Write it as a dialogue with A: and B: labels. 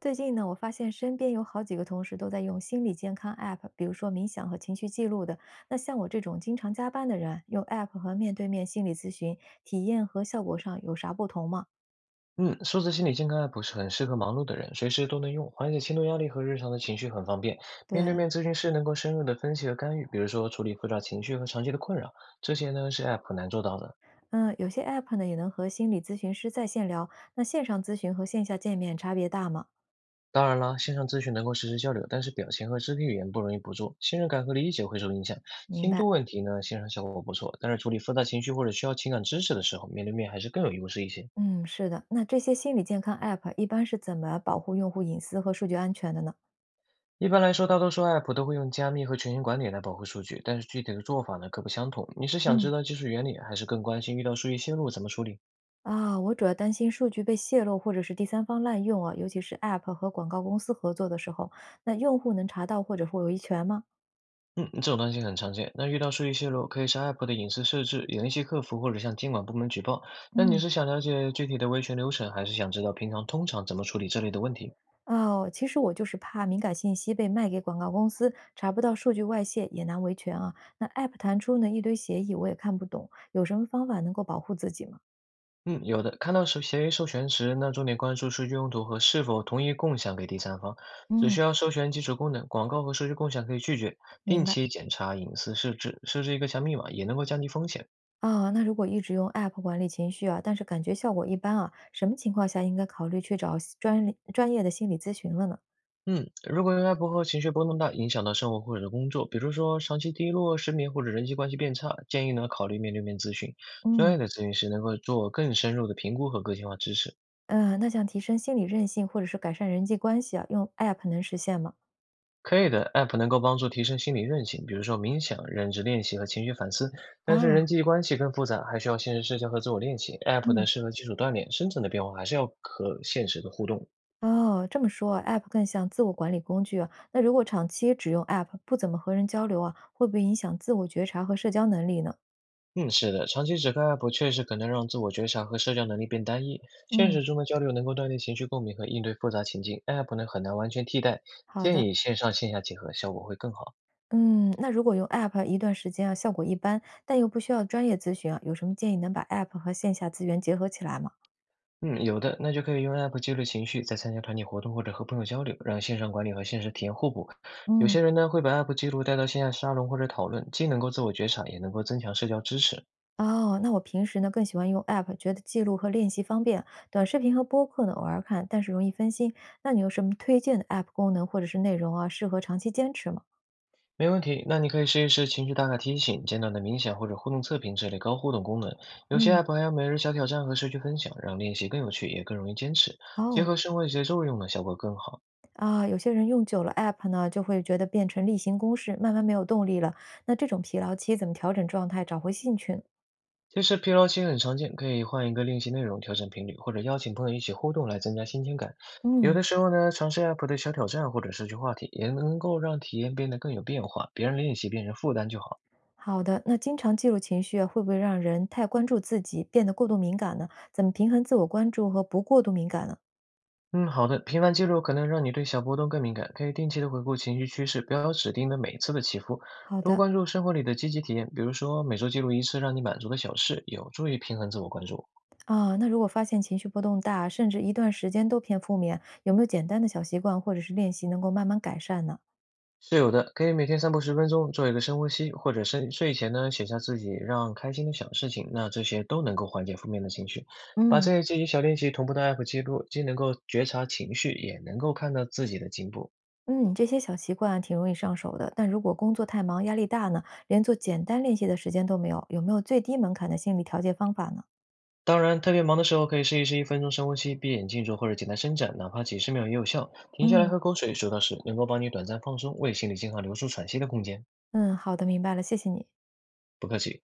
A: 最近呢，我发现身边有好几个同事都在用心理健康 App，比如说冥想和情绪记录的。那像我这种经常加班的人啊，用 App 和面对面心理咨询，体验和效果上有啥不同吗？
B: 嗯，数字心理健康 App 是很适合忙碌的人，随时都能用，缓解轻度压力和日常的情绪很方便。
A: 对。
B: 面对面咨询师能够深入的分析和干预，比如说处理复杂情绪和长期的困扰，这些呢是 App 很难做到的。
A: 嗯，有些 App 呢也能和心理咨询师在线聊，那线上咨询和线下见面差别大吗？
B: 当然啦，线上咨询能够实时交流，但是表情和肢体语言不容易捕捉，信任感和理解会受影响。
A: 明
B: 轻
A: 白。
B: 度问题呢，线上效果不错，但是处理复杂情绪或者需要情感支持的时候，面对面还是更有优势一些。
A: 嗯，是的。那这些心理健康 App 一般是怎么保护用户隐私和数据安全的呢？
B: 一般来说，大多数 App 都会用加密和权限管理来保护数据，但是具体的做法呢各不相同。你是想知
A: 嗯，
B: 道技术原理，还是更关心遇到数据泄露怎么处理？
A: 我主要担心数据被泄露或者是第三方滥用啊，尤其是 App 和广告公司合作的时候，那用户能查到或者会维权吗？
B: 嗯，这种担心很常见。那遇到数据泄露，可以是 App 的隐私设置，联系客服或者向监管部门举报。那你
A: 嗯。
B: 是想了解具体的维权流程，还是想知道平常通常怎么处理这类的问题？
A: 哦，其实我就是怕敏感信息被卖给广告公司，查不到数据外泄也难维权啊。那 App 弹出呢一堆协议，我也看不懂，有什么方法能够保护自己吗？
B: 嗯，有的。看到授协议授权时，那重点关注数据用途和是否同意共享给第三方，只
A: 嗯，
B: 需要授权基础功能，广告和数据共享可以拒绝。
A: 明
B: 定
A: 白。
B: 期检查隐私设置，设置一个强密码也能够降低风险。
A: 啊，那如果一直用 App 管理情绪啊，但是感觉效果一般啊，什么情况下应该考虑去找专业的心理咨询了呢？
B: 嗯，如果 AI 不和情绪波动大，影响到生活或者工作，比如说长期低落、失眠或者人际关系变差，建议呢考虑面对面咨询，专
A: 嗯。
B: 业的咨询师能够做更深入的评估和个性化支持。
A: 嗯，那想提升心理韧性或者是改善人际关系啊，用 App 能实现吗？
B: 可以的，App 能够帮助提升心理韧性，比如说冥想、认知练习和情绪反思。但是
A: 哦，
B: 人际关系更复杂，还需要现实社交和自我练习。App 呢
A: 嗯，
B: 适合基础锻炼，深层的变化还是要和现实的互动。
A: 哦，这么说 App 更像自我管理工具啊。那如果长期只用 App，不怎么和人交流啊，会不会影响自我觉察和社交能力呢？
B: 嗯，是的，长期只看 App 确实可能让自我觉察和社交能力变单一。现
A: 嗯，
B: 实中的交流能够锻炼情绪共鸣和应对复杂情境，App 呢很难完全替代。
A: 好
B: 建
A: 的。
B: 议线上线下结合，效果会更好。
A: 嗯，那如果用 App 一段时间啊，效果一般，但又不需要专业咨询啊，有什么建议能把 App 和线下资源结合起来吗？
B: 嗯，有的，那就可以用 App 记录情绪，在参加团体活动或者和朋友交流，让线上管理和现实体验互补。有
A: 嗯。
B: 些人呢会把 App 记录带到线下沙龙或者讨论，既能够自我觉察，也能够增强社交支持。
A: 哦，那我平时呢更喜欢用 App，觉得记录和练习方便。短视频和播客呢偶尔看，但是容易分心。那你有什么推荐的 App 功能或者是内容啊，适合长期坚持吗？
B: 没问题，那你可以试一试情绪打卡提醒、简短的冥想或者互动测评这类高互动功能。有些
A: 嗯，
B: App 还有每日小挑战和社区分享，让练习更有趣，也更容易坚持。结
A: 哦，
B: 合生活节奏用呢，效果更好。
A: 有些人用久了 App 呢，就会觉得变成例行公事，慢慢没有动力了。那这种疲劳期怎么调整状态，找回兴趣呢？
B: 其实疲劳期很常见，可以换一个练习内容，调整频率，或者邀请朋友一起互动来增加新鲜感。有
A: 嗯，
B: 的时候呢，尝试 app 的小挑战或者社区话题，也能够让体验变得更有变化，别让练习变成负担就好。
A: 好的。那经常记录情绪啊，会不会让人太关注自己，变得过度敏感呢？怎么平衡自我关注和不过度敏感呢？
B: 嗯，好的，频繁记录可能让你对小波动更敏感，可以定期的回顾情绪趋势，不要指定的每次的起伏，
A: 好
B: 多
A: 的。
B: 关注生活里的积极体验，比如说每周记录一次让你满足的小事，有助于平衡自我关注。
A: 啊，那如果发现情绪波动大，甚至一段时间都偏负面，有没有简单的小习惯或者是练习能够慢慢改善呢？
B: 是有的，可以每天散步10分钟，做一个深呼吸，或者深睡前呢写下自己让开心的小事情，那这些都能够缓解负面的情绪。把
A: 嗯。
B: 这些小练习同步到 App 记录，既能够觉察情绪，也能够看到自己的进步。
A: 嗯，这些小习惯挺容易上手的，但如果工作太忙、压力大呢，连做简单练习的时间都没有，有没有最低门槛的心理调节方法呢？
B: 当然，特别忙的时候可以试一试1分钟深呼吸，闭眼静坐或者简单伸展，哪怕几十秒也有效。停下来
A: 嗯。
B: 喝口水，数到10，能够帮你短暂放松，为心理健康留出喘息的空间。
A: 嗯，好的，明白了，谢谢你。
B: 不客气。